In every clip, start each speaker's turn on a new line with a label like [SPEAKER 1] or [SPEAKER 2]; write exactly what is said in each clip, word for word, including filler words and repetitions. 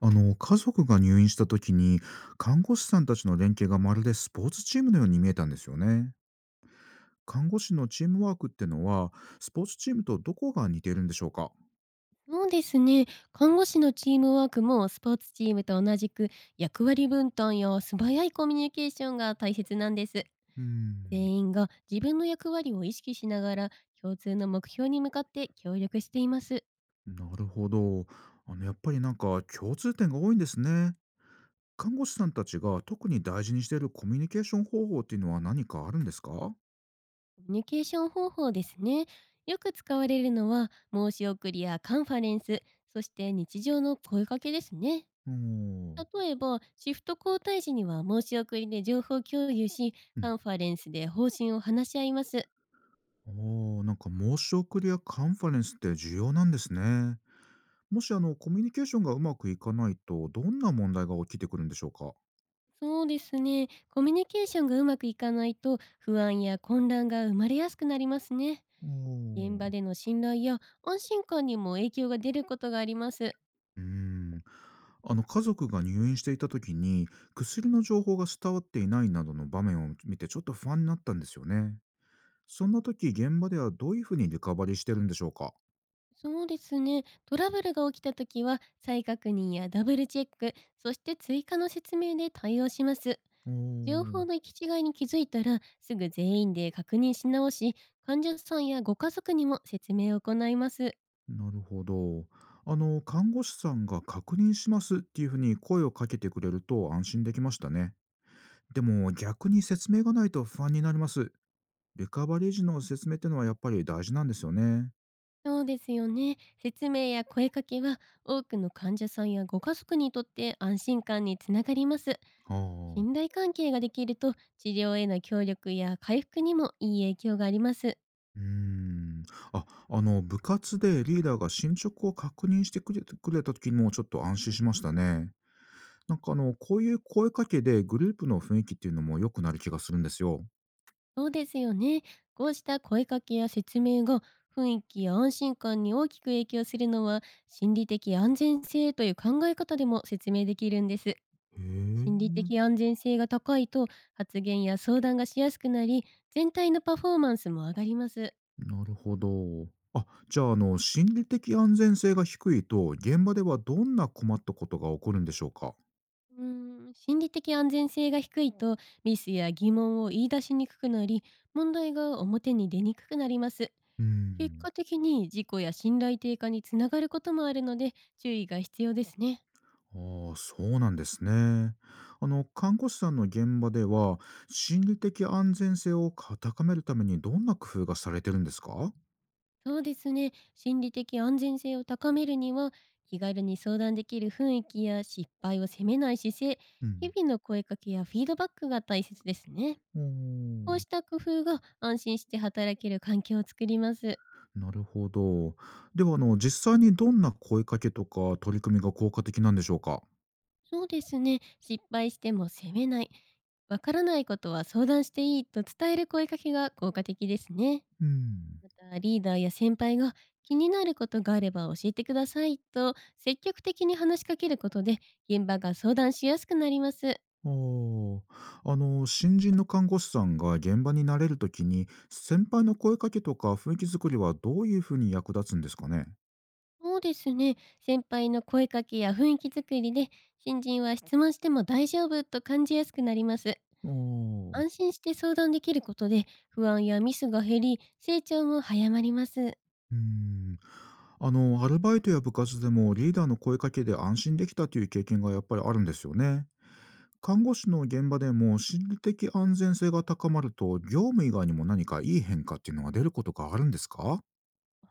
[SPEAKER 1] あの家族が入院した時に看護師さんたちの連携がまるでスポーツチームのように見えたんですよね。看護師のチームワークってのはスポーツチームとどこが似ているんでしょうか？
[SPEAKER 2] そうですね。看護師のチームワークもスポーツチームと同じく、役割分担や素早いコミュニケーションが大切なんです。
[SPEAKER 1] うーん。
[SPEAKER 2] 全員が自分の役割を意識しながら、共通の目標に向かって協力しています。
[SPEAKER 1] なるほど。あのやっぱりなんか共通点が多いんですね。看護師さんたちが特に大事にしているコミュニケーション方法っていうのは何かあるんですか？お
[SPEAKER 2] コミュニケーション方法ですね。よく使われるのは申し送りやカンファレンス、そして日常の声かけですね。
[SPEAKER 1] ー。う
[SPEAKER 2] 例えば、シフト交代時には申し送りで情報共有し、カ
[SPEAKER 1] ん。
[SPEAKER 2] ンファレンスで方針を話し合います。
[SPEAKER 1] あーなんか申し送りやカンファレンスって重要なんですね。もしあの、コミュニケーションがうまくいかないと、どんな問題が起きてくるんでしょうか？お
[SPEAKER 2] そうですね。コミュニケーションがうまくいかないと、不安や混乱が生まれやすくなりますね。
[SPEAKER 1] ー。
[SPEAKER 2] 現場
[SPEAKER 1] う
[SPEAKER 2] での信頼や安心感にも影響が出ることがあります。
[SPEAKER 1] ーん。あの、家族が入院していた時に、薬の情報が伝わっていないなどの場面を見て、ちょっと不安になったんですよね。そんな時、現場ではどういうふうにリカバリーしてるんでしょうか？
[SPEAKER 2] そうですね。トラブルが起きた時は再確認やダブルチェック、そして追加の説明で対応します。
[SPEAKER 1] お
[SPEAKER 2] 情
[SPEAKER 1] ー。
[SPEAKER 2] 報の行き違いに気づいたらすぐ全員で確認し直し、患者さんやご家族にも説明を行います。
[SPEAKER 1] なるほど。あの、看護師さんが「確認します」っていうふうに声をかけてくれると安心できましたね。でも、逆に説明がないと不安になります。リカバリー時の説明ってのはやっぱり大事なんですよね。
[SPEAKER 2] そうですよね。説明や声かけは、多くの患者さんやご家族にとって安心感につながります。
[SPEAKER 1] あ
[SPEAKER 2] 信
[SPEAKER 1] あ。
[SPEAKER 2] 頼関係ができると、治療への協力や回復にもいい影響があります。
[SPEAKER 1] うーん。あ、あの、部活でリーダーが進捗を確認してくれくれた時もちょっと安心しましたね。なんかあの、こういう声かけでグループの雰囲気っていうのも良くなる気がするんですよ。
[SPEAKER 2] そうですよね。こうした声かけや説明が雰囲気や安心感に大きく影響するのは、心理的安全性という考え方でも説明できるんです。
[SPEAKER 1] へ
[SPEAKER 2] 心
[SPEAKER 1] え。
[SPEAKER 2] 理的安全性が高いと、発言や相談がしやすくなり、全体のパフォーマンスも上がります。
[SPEAKER 1] なるほど。あ、じゃあ、あの、心理的安全性が低いと、現場ではどんな困ったことが起こるんでしょうか？
[SPEAKER 2] うーん、心理的安全性が低いと、ミスや疑問を言い出しにくくなり、問題が表に出にくくなります。
[SPEAKER 1] うー
[SPEAKER 2] 結
[SPEAKER 1] ん。
[SPEAKER 2] 果的に事故や信頼低下につながることもあるので、注意が必要ですね。
[SPEAKER 1] ああ、そうなんですね。あの看護師さんの現場では心理的安全性を高めるためにどんな工夫がされてるんですか？
[SPEAKER 2] そうですね、心理的安全性を高めるには、気軽に相談できる雰囲気や失敗を責めない姿勢、
[SPEAKER 1] う
[SPEAKER 2] 日
[SPEAKER 1] ん。
[SPEAKER 2] 々の声かけやフィードバックが大切ですね。
[SPEAKER 1] お
[SPEAKER 2] こう
[SPEAKER 1] ー。
[SPEAKER 2] した工夫が安心して働ける環境を作ります。
[SPEAKER 1] なるほど。ではあの実際にどんな声かけとか取り組みが効果的なんでしょうか？
[SPEAKER 2] そうですね。失敗しても責めない。わからないことは相談していいと伝える声かけが効果的ですね。
[SPEAKER 1] うん。
[SPEAKER 2] また、リーダーや先輩が、気になることがあれば教えてくださいと積極的に話しかけることで、現場が相談しやすくなります。
[SPEAKER 1] あああの新人の看護師さんが現場に慣れるときに先輩の声かけとか雰囲気作りはどういうふうに役立つんですかね？
[SPEAKER 2] そうですね。先輩の声かけや雰囲気作りで、新人は質問しても大丈夫と感じやすくなります。
[SPEAKER 1] あー。
[SPEAKER 2] 安心して相談できることで、不安やミスが減り成長も早まります。
[SPEAKER 1] うーん。あの、アルバイトや部活でもリーダーの声かけで安心できたという経験がやっぱりあるんですよね。看護師の現場でも心理的安全性が高まると、業務以外にも何かいい変化っていうのが出ることがあるんですか？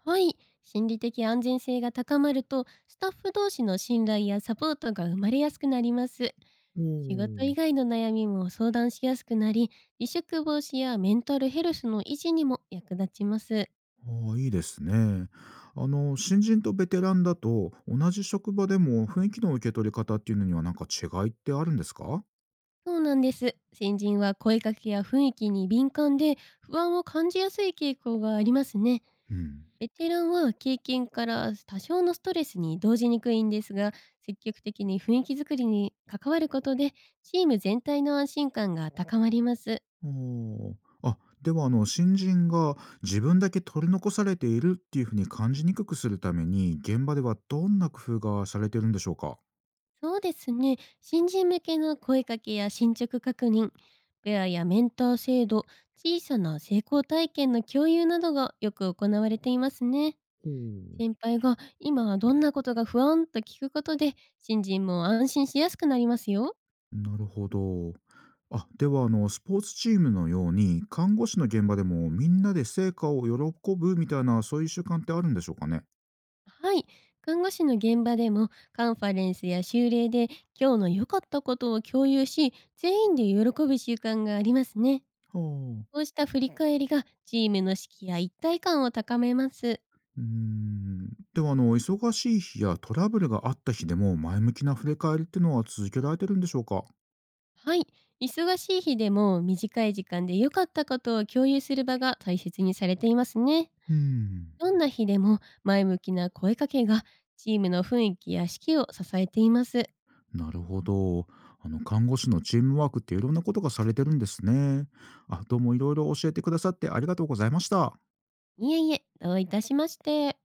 [SPEAKER 2] はい。心理的安全性が高まると、スタッフ同士の信頼やサポートが生まれやすくなります。
[SPEAKER 1] おお
[SPEAKER 2] 仕事以
[SPEAKER 1] ー。
[SPEAKER 2] 外の悩みも相談しやすくなり、離職防止やメンタルヘルスの維持にも役立ちます。
[SPEAKER 1] ああ、いいですね。あの、新人とベテランだと、同じ職場でも雰囲気の受け取り方っていうのには何か違いってあるんですか？
[SPEAKER 2] そうなんです。先人は声かけや雰囲気に敏感で、不安を感じやすい傾向がありますね。
[SPEAKER 1] うん。
[SPEAKER 2] ベテランは経験から多少のストレスに動じにくいんですが、積極的に雰囲気づくりに関わることで、チーム全体の安心感が高まります。
[SPEAKER 1] おお。あ、ではあの新人が自分だけ取り残されているっていうふうに感じにくくするために、現場ではどんな工夫がされてるんでしょうか？
[SPEAKER 2] そうですね。新人向けの声かけや進捗確認、ペアやメンター制度、小さな成功体験の共有などがよく行われていますね。
[SPEAKER 1] おお。
[SPEAKER 2] 先輩が今どんなことが不安と聞くことで、新人も安心しやすくなりますよ。
[SPEAKER 1] なるほど。あ、ではあのスポーツチームのように、看護師の現場でもみんなで成果を喜ぶみたいなそういう習慣ってあるんでしょうかね？
[SPEAKER 2] はい。看護師の現場でもカンファレンスや修例で、今日の良かったことを共有し、全員で喜ぶ習慣がありますね。
[SPEAKER 1] はあ。
[SPEAKER 2] こうした振り返りがチームの士気や一体感を高めます。
[SPEAKER 1] うーん。ではあの忙しい日やトラブルがあった日でも前向きな振り返りってのは続けられてるんでしょうか？
[SPEAKER 2] はい。忙しい日でも短い時間で良かったことを共有する場が大切にされていますね。
[SPEAKER 1] うーん。
[SPEAKER 2] どんな日でも、前向きな声かけがチームの雰囲気や士気を支えています。
[SPEAKER 1] なるほど。あの、看護師のチームワークっていろんなことがされてるんですね。あ、どうもいろいろ教えてくださってありがとうございました。
[SPEAKER 2] いえいえ、どういたしまして。